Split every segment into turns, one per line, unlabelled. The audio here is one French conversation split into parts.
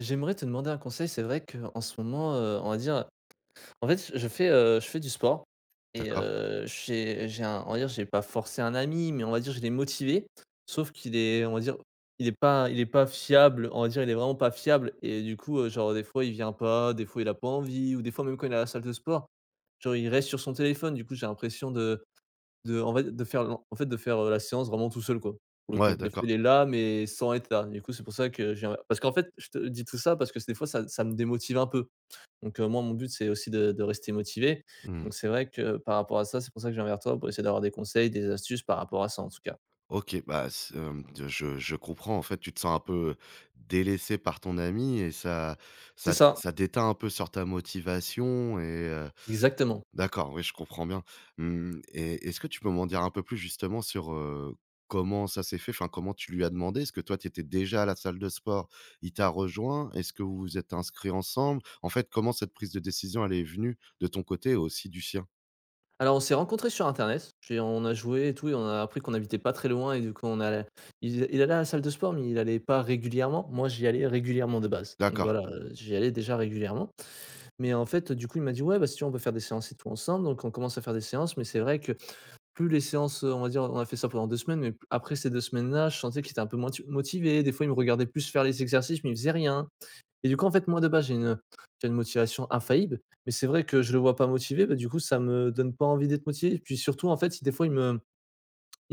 J'aimerais te demander un conseil. C'est vrai qu'en ce moment, on va dire en fait, je fais du sport et
D'accord.
j'ai un on va dire, j'ai pas forcé un ami, mais on va dire, je l'ai motivé. Sauf qu'il est, on va dire, il est pas fiable, on va dire, il est vraiment pas fiable et du coup, genre, des fois, il vient pas, des fois, il a pas envie ou des fois, même quand il est à la salle de sport, genre, il reste sur son téléphone. Du coup, j'ai l'impression de faire l en fait, de faire, la séance vraiment tout seul, quoi, pour le coup.
Ouais,
Des fois, il est
d'accord.
là, mais sans être là. Du coup, c'est pour ça que j'ai un parce qu'en fait, je te dis tout ça parce que des fois, ça me démotive un peu. Donc moi, mon but, c'est aussi de rester motivé.
Mmh.
Donc c'est vrai que par rapport à ça, c'est pour ça que je viens vers toi pour essayer d'avoir des conseils, des astuces par rapport à ça, en tout cas.
OK, bah, je comprends, en fait, tu te sens un peu délaissé par ton ami et ça
C'est
ça
ça,
ça déteint un peu sur ta motivation et
exactement.
d'accord, oui, je comprends bien. Mmh et est-ce que tu peux m'en dire un peu plus, justement, sur, comment ça s'est fait? Enfin, comment tu lui as demandé? Est-ce que toi, tu étais déjà à la salle de sport? Il t'a rejoint? Est-ce que vous vous êtes inscrits ensemble? En fait, comment cette prise de décision, elle est venue de ton côté et aussi du sien?
Alors, on s'est rencontrés sur internet, j'ai on a joué et tout et on a appris qu'on habitait pas très loin et du coup, on allait il allait à la salle de sport, mais il allait pas régulièrement. Moi, j'y allais régulièrement de base. Donc
D'accord,
voilà, j'y allais déjà régulièrement. Mais en fait, du coup, il m'a dit: «Ouais, bah, si tu veux, on peut faire des séances et tout ensemble». Donc on commence à faire des séances, mais c'est vrai que plus les séances, on va dire on a fait ça pendant 2 semaines, mais après ces 2 semaines-là, je sentais qu'il était un peu moins tu motivé. Des fois, il me regardait plus faire les exercices, mais il faisait rien. Et du coup, en fait, moi, de base, j'ai une motivation infaillible, mais c'est vrai que je le vois pas motivé, bah, du coup, ça me donne pas envie d'être motivé. Et puis surtout, en fait, si des fois, il me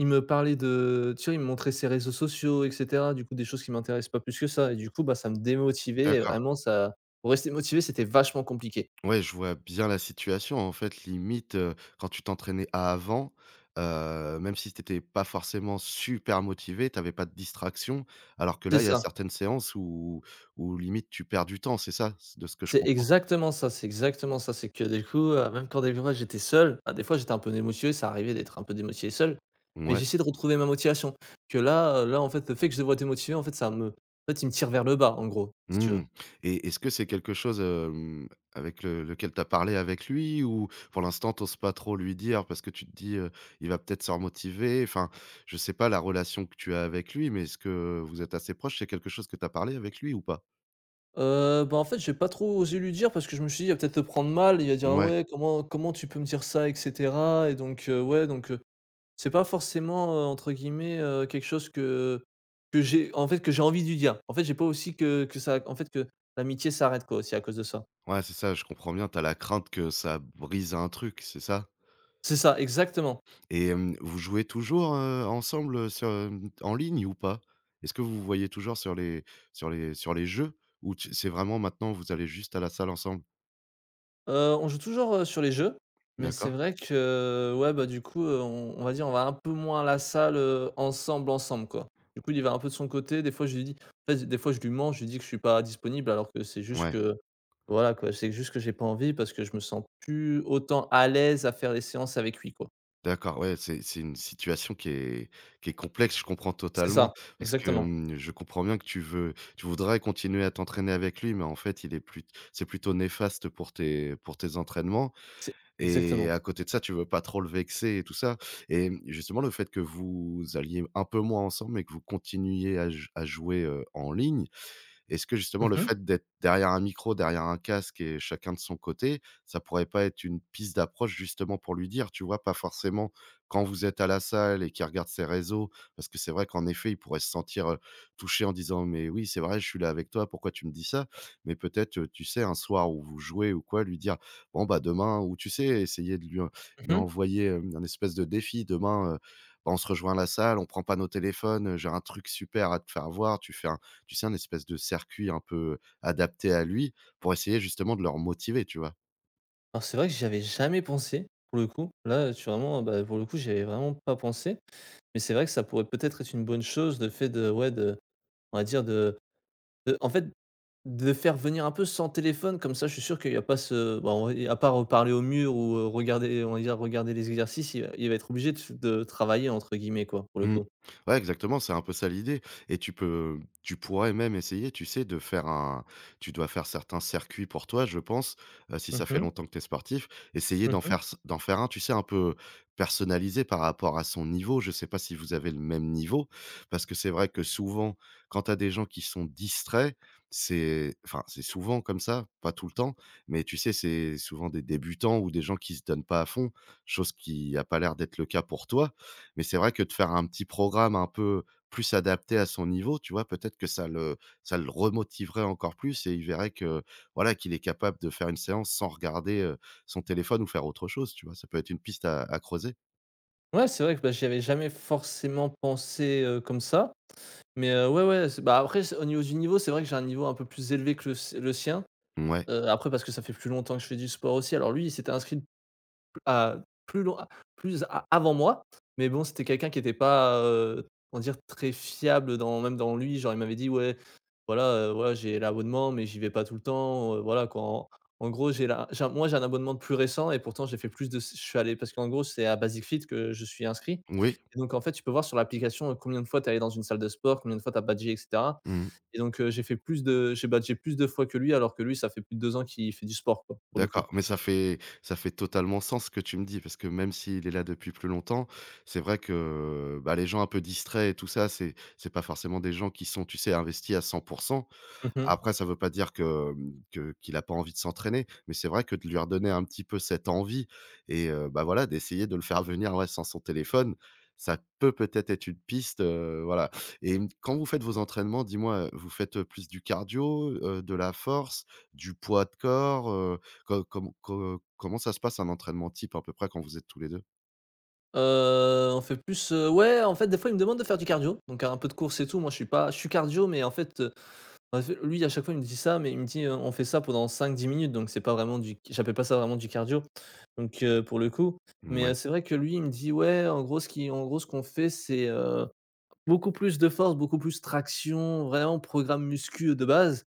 il me parlait de tu vois, il me montrait ses réseaux sociaux et cetera, du coup, des choses qui m'intéressent pas plus que ça. Et du coup, bah, ça me démotivait et
d'accord.
vraiment ça pour rester motivé, c'était vachement compliqué.
Ouais, je vois bien la situation. En fait, limite, quand tu t'entraînais à avant, même si tu pas forcément super motivé, tu pas de distraction. Alors que
C'est
là, il y a
ça.
certaines séances où limite tu perds du temps, c'est ça? De ce que je
C'est
comprends?
exactement ça, c'est exactement ça. C'est que du coup, même quand des fois j'étais seul, bah, des fois j'étais un peu démotivé, ça arrivait d'être un peu démotivé seul, mais
Ouais.
j'essayais de retrouver ma motivation. Que là, en fait, le fait que je devrais être motivé, en fait, ça me en fait, il me tire vers le bas, en gros, si tu veux.
Mmh et est-ce que c'est quelque chose, avec le lequel tu as parlé avec lui? Ou pour l'instant, t'oses pas trop lui dire parce que tu te dis: «Il va peut-être se remotiver?» enfin, je sais pas la relation que tu as avec lui, mais est-ce que vous êtes assez proches? C'est quelque chose que tu as parlé avec lui ou pas?
Bah, en fait, j'ai pas trop osé lui dire parce que je me suis dit: «Il va peut-être le prendre mal, il va dire: "Ah
Ouais,
ouais, comment tu peux me dire ça et cetera?" et donc ouais,» C'est pas forcément, entre guillemets, quelque chose que que j'ai envie de lui dire. En fait, j'ai pas aussi que ça en fait, que l'amitié s'arrête quoi, aussi à cause de ça.
ouais, c'est ça, je comprends bien. T'as la crainte que ça brise un truc, c'est ça?
C'est ça, exactement.
Et vous jouez toujours, ensemble, sur, en ligne ou pas? Est-ce que vous vous voyez toujours sur les jeux? Ou tu c'est vraiment maintenant, vous allez juste à la salle ensemble?
On joue toujours, sur les jeux, mais c'est
D'accord?
vrai que, ouais, bah, du coup, on va dire, on va un peu moins à la salle, ensemble, ensemble, quoi. Du coup, lui, il y va un peu de son côté. Des fois, je lui dis En fait, des fois, je lui mens, je lui dis que je suis pas disponible alors que c'est juste
Ouais,
que, voilà, quoi, c'est juste que j'ai pas envie parce que je me sens plus autant à l'aise à faire les séances avec lui, quoi.
d'accord, ouais, c'est une situation qui est complexe, je comprends
C'est
totalement.
ça,
Parce que,
exactement.
je comprends bien que tu voudrais continuer à t'entraîner avec lui, mais en fait, il est plus c'est plutôt néfaste pour tes entraînements.
C'est exactement.
Et à côté de ça, tu veux pas trop le vexer et tout ça. Et justement, le fait que vous alliez un peu moins ensemble et que vous continuiez à jouer, en ligne, est-ce que justement
Mmh
le
mh,
fait d'être derrière un micro, derrière un casque et chacun de son côté, ça pourrait pas être une piste d'approche justement pour lui dire, tu vois? Pas forcément quand vous êtes à la salle et qu'il regarde ses réseaux, parce que c'est vrai qu'en effet, il pourrait se sentir, touché en disant: «Mais oui, c'est vrai, je suis là avec toi, pourquoi tu me dis ça?» Mais peut-être, tu sais, un soir où vous jouez ou quoi, lui dire: «Bon, bah, demain» ou tu sais, essayer de lui
mmh mh.
envoyer, un espèce de défi: «Demain, bah, on se rejoint à la salle, on prend pas nos téléphones, j'ai un truc super à te faire voir, tu sais, un espèce de circuit un peu adapté à lui pour essayer justement de leur motiver, tu vois?
Alors c'est vrai que j'y avais jamais pensé pour le coup. Là, tu vraiment, bah, pour le coup, j'y avais vraiment pas pensé, mais c'est vrai que ça pourrait peut-être être une bonne chose le fait de ouais, de on va dire de en fait, de faire venir un peu sans téléphone comme ça je suis sûr qu'il y a pas à part, parler au mur ou, regarder les exercices, il va être obligé de «travailler» entre guillemets quoi, pour le
Mmh.
coup.
Ouais, exactement, c'est un peu ça l'idée et tu pourrais même essayer, tu sais, de faire un tu dois faire certains circuits pour toi, je pense, si
Mmh
ça fait
mh,
longtemps que tu es sportif, essayer
mmh mh.
d'en faire un, tu sais, un peu personnalisé par rapport à son niveau. Je sais pas si vous avez le même niveau? Parce que c'est vrai que souvent, quand tu as des gens qui sont distraits, c'est enfin, c'est souvent comme ça, pas tout le temps, mais tu sais, c'est souvent des débutants ou des gens qui se donnent pas à fond, chose qui a pas l'air d'être le cas pour toi. Mais c'est vrai que de faire un petit programme un peu plus adapté à son niveau, tu vois? Peut-être que ça le remotiverait encore plus et il verrait que, voilà, qu'il est capable de faire une séance sans regarder, son téléphone ou faire autre chose, tu vois? Ça peut être une piste à creuser.
Ouais, c'est vrai que, bah, j'y avais jamais forcément pensé, comme ça. Mais ouais, ouais, c'est bah, après c'est au niveau du niveau, c'est vrai que j'ai un niveau un peu plus élevé que le sien.
Ouais,
Après parce que ça fait plus longtemps que je fais du sport aussi. Alors lui, il s'était inscrit, Heu, plus loin plus a avant moi, mais bon, c'était quelqu'un qui était pas, comment dire? Très fiable dans même dans lui, genre il m'avait dit: «Ouais, voilà, j'ai l'abonnement, mais j'y vais pas tout le temps, voilà quoi». En gros, j'ai la j'ai un moi, j'ai un abonnement de plus récent et pourtant j'ai fait plus de je suis allé parce qu'en gros, c'est à Basic-Fit que je suis inscrit
oui.
et donc en fait, tu peux voir sur l'application, combien de fois tu es allé dans une salle de sport, combien de fois tu as badgé et cetera
Mmh.
et donc j'ai badgé plus de fois que lui alors que lui, ça fait plus de 2 ans qu'il fait du sport quoi, pour le coup.
D'accord, mais ça fait totalement sens ce que tu me dis, parce que même s'il est là depuis plus longtemps, c'est vrai que, bah, les gens un peu distraits et tout ça, c'est pas forcément des gens qui sont, tu sais, investis à 100.
Mmh.
Après, ça veut pas dire que, qu'il a pas envie de s'entraîner, mais c'est vrai que de lui redonner un petit peu cette envie et bah, voilà, d'essayer de le faire venir, ouais, sans son téléphone, ça peut peut-être être une piste, voilà et quand vous faites vos entraînements, dis-moi, vous faites, plus du cardio, de la force, du poids de corps, co com co comment ça se passe un entraînement type à peu près quand vous êtes tous les deux.
On fait plus, ouais, en fait, des fois, il me demande de faire du cardio, donc un peu de course et tout. Moi, je suis pas je suis cardio, mais en fait, lui, à chaque fois, il me dit ça, mais il me dit: «On fait ça pendant cinq dix minutes», donc c'est pas vraiment du j'appelle pas ça vraiment du cardio, donc pour le coup, mais
Ouais.
c'est vrai que lui, il me dit: «Ouais, en gros, ce qu'on fait, c'est, beaucoup plus de force, beaucoup plus traction, vraiment programme muscu de base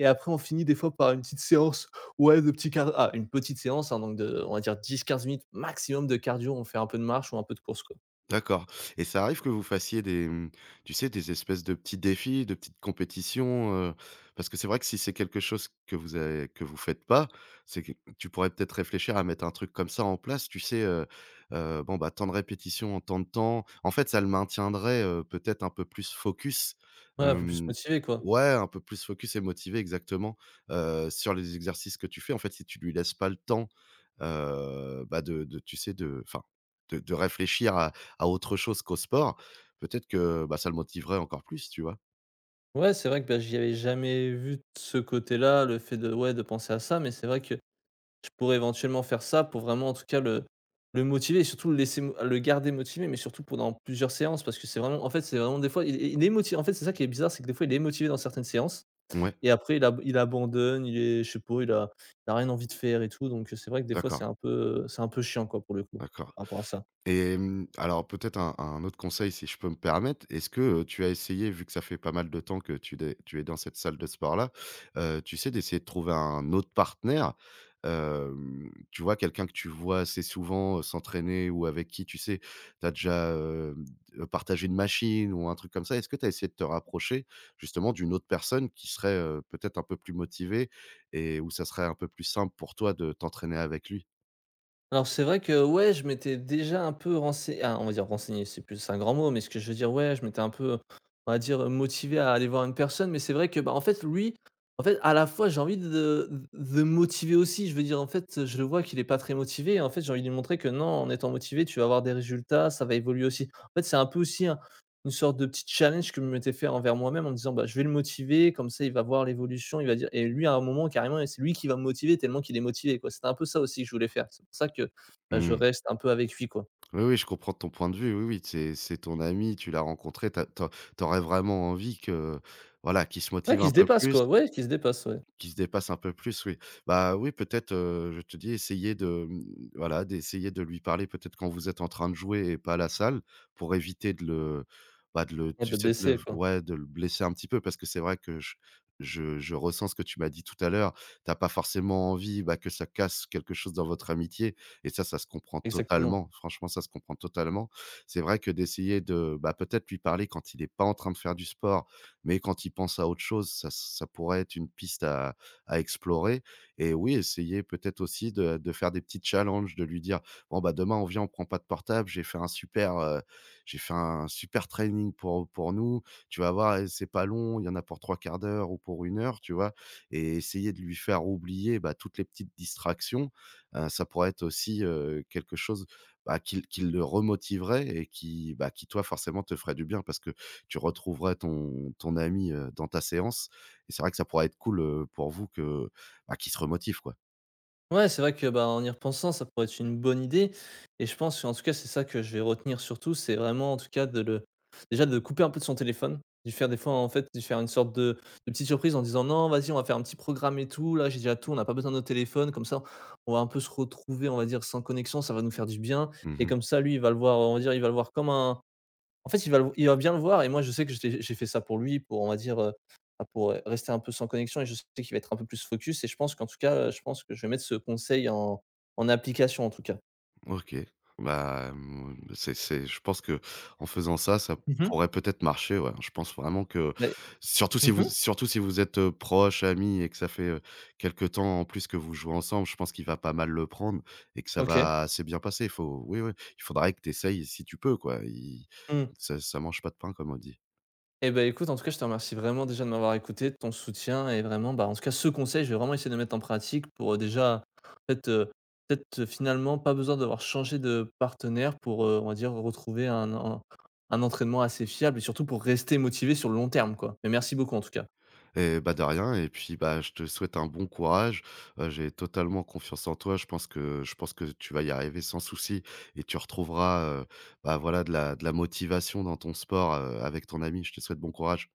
et après, on finit des fois par une petite séance, ouais, de petit cardio ah, une petite séance, hein, donc on va dire dix quinze minutes maximum de cardio. On fait un peu de marche ou un peu de course,
D'accord et ça arrive que vous fassiez des, tu sais, des espèces de petits défis, de petites compétitions? Parce que c'est vrai que si c'est quelque chose que vous faites pas, c'est que tu pourrais peut-être réfléchir à mettre un truc comme ça en place, tu sais, bon, bah, tant de répétitions en tant de temps. En fait, ça le maintiendrait, peut-être un peu plus focus,
Ouais, un peu plus
hem
motivé, quoi.
ouais, un peu plus focus et motivé exactement, sur les exercices que tu fais. En fait, si tu lui laisses pas le temps, bah, de tu sais, de enfin, de réfléchir à autre chose qu'au sport, peut-être que, bah, ça le motiverait encore plus, tu vois?
Ouais, c'est vrai que, bah, j'y avais jamais vu de ce côté-là, le fait de penser à ça, mais c'est vrai que je pourrais éventuellement faire ça pour vraiment, en tout cas, le motiver et surtout le laisser mo le garder motivé, mais surtout pendant plusieurs séances parce que c'est vraiment en fait, c'est vraiment des fois, il est moti en fait, c'est ça qui est bizarre, c'est que des fois, il est motivé dans certaines séances
Ouais,
et après il abandonne, il est je sais pas, il a rien envie de faire et tout, donc c'est vrai que des fois, c'est
d'accord,
un peu, c'est un peu chiant, quoi, pour le coup,
d'accord.
par rapport à ça.
Et alors peut-être un autre conseil si je peux me permettre. Est-ce que, tu as essayé, vu que ça fait pas mal de temps que tu es dans cette salle de sport-là, tu sais, d'essayer de trouver un autre partenaire? Tu vois, quelqu'un que tu vois assez souvent, s'entraîner ou avec qui, tu sais, tu as déjà, partagé une machine ou un truc comme ça? Est-ce que tu as essayé de te rapprocher justement d'une autre personne qui serait, peut-être un peu plus motivée et où ça serait un peu plus simple pour toi de t'entraîner avec lui?
Alors c'est vrai que ouais, je m'étais déjà un peu renseigné ah, on va dire renseigné, c'est plus un grand mot, mais ce que je veux dire, ouais, je m'étais un peu, on va dire, motivé à aller voir une personne, mais c'est vrai que, bah, en fait, lui, en fait, à la fois, j'ai envie de motiver aussi. Je veux dire, en fait, je le vois qu'il est pas très motivé et en fait, j'ai envie de lui montrer que non, en étant motivé, tu vas avoir des résultats, ça va évoluer aussi. En fait, c'est un peu aussi une sorte de petit challenge que je m'étais fait envers moi-même en me disant: «Bah, je vais le motiver, comme ça il va voir l'évolution, il va dire» et lui, à un moment, carrément, c'est lui qui va me motiver tellement qu'il est motivé, quoi. C'était un peu ça aussi que je voulais faire. C'est pour ça que, bah, je
Mmh.
reste un peu avec lui, quoi.
Oui, oui, je comprends ton point de vue. Oui, oui, c'est ton ami, tu l'as rencontré, tu aurais vraiment envie que, voilà, qu'il se
Ouais,
motive
qui
un
se
peu
dépasse,
plus.
quoi, ouais, qui se dépasse, ouais.
Qui se dépasse un peu plus, oui. Bah, oui, peut-être, je te dis, essayer de, voilà, d'essayer de lui parler peut-être quand vous êtes en train de jouer et pas à la salle pour éviter bah, de le
Ouais,
tu
de
sais, de le
blesser quoi.
ouais, de le blesser un petit peu parce que c'est vrai que je ressens ce que tu m'as dit tout à l'heure. T'as pas forcément envie, bah, que ça casse quelque chose dans votre amitié et ça se comprend
Exactement.
totalement. Franchement, ça se comprend totalement. C'est vrai que d'essayer de, bah, peut-être lui parler quand il est pas en train de faire du sport mais quand ils pensent à autre chose, ça pourrait être une piste à explorer et oui, essayer peut-être aussi de faire des petits challenges, de lui dire: «Bon, bah, demain, on vient, on prend pas de portable, j'ai fait un super training pour nous, tu vas voir et c'est pas long, il y en a pour trois quarts d'heure ou pour une heure», tu vois? Et essayer de lui faire oublier, bah, toutes les petites distractions, ça pourrait être aussi, quelque chose, bah, qui le remotiverait et bah, qui toi, forcément, te ferait du bien parce que tu retrouverais ton ami, dans ta séance et c'est vrai que ça pourrait être cool, pour vous que bah, qu'il se remotive, quoi.
Ouais, c'est vrai que, bah, en y repensant, ça pourrait être une bonne idée et je pense, en tout cas, c'est ça que je vais retenir surtout, c'est vraiment, en tout cas, de le déjà de couper un peu de son téléphone, de faire des fois, en fait, de faire une sorte de petite surprise en disant: «Non, vas-y, on va faire un petit programme et tout, là, j'ai déjà tout, on n'a pas besoin de nos téléphones, comme ça, on va un peu se retrouver, on va dire, sans connexion, ça va nous faire du bien» et
Mmh.
comme ça, lui, il va le voir, on va dire, il va le voir comme un en fait, il va bien le voir et moi, je sais que j'ai fait ça pour lui, pour on va dire, bah, pour, rester un peu sans connexion et je sais qu'il va être un peu plus focus et je pense qu'en tout cas, je pense que je vais mettre ce conseil en application, en tout cas.
OK. Bah, c'est je pense que en faisant ça, ça
Mmh.
pourrait peut-être marcher, ouais. Je pense vraiment que
Mais mmh.
surtout si vous êtes, proches, amis et que ça fait, quelque temps en plus que vous jouez ensemble, je pense qu'il va pas mal le prendre et que ça
OK.
va assez bien passer. Il faut oui, oui, il faudrait que tu essayes si tu peux, quoi. Il
Mmh.
ça ça mange pas de pain, comme on dit.
Eh ben écoute, en tout cas, je te remercie vraiment déjà de m'avoir écouté, de ton soutien et vraiment, bah, en tout cas, ce conseil, je vais vraiment essayer de le mettre en pratique pour, déjà, peut-être, heu, peut-être, finalement, pas besoin d'avoir changé de partenaire pour, on va dire, retrouver un entraînement assez fiable et surtout pour rester motivé sur le long terme, quoi. Mais merci beaucoup, en tout cas.
Et bah, de rien et puis, bah, je te souhaite un bon courage. J'ai totalement confiance en toi. Je pense que tu vas y arriver sans souci et tu retrouveras, bah, voilà de la motivation dans ton sport, avec ton ami. Je te souhaite bon courage.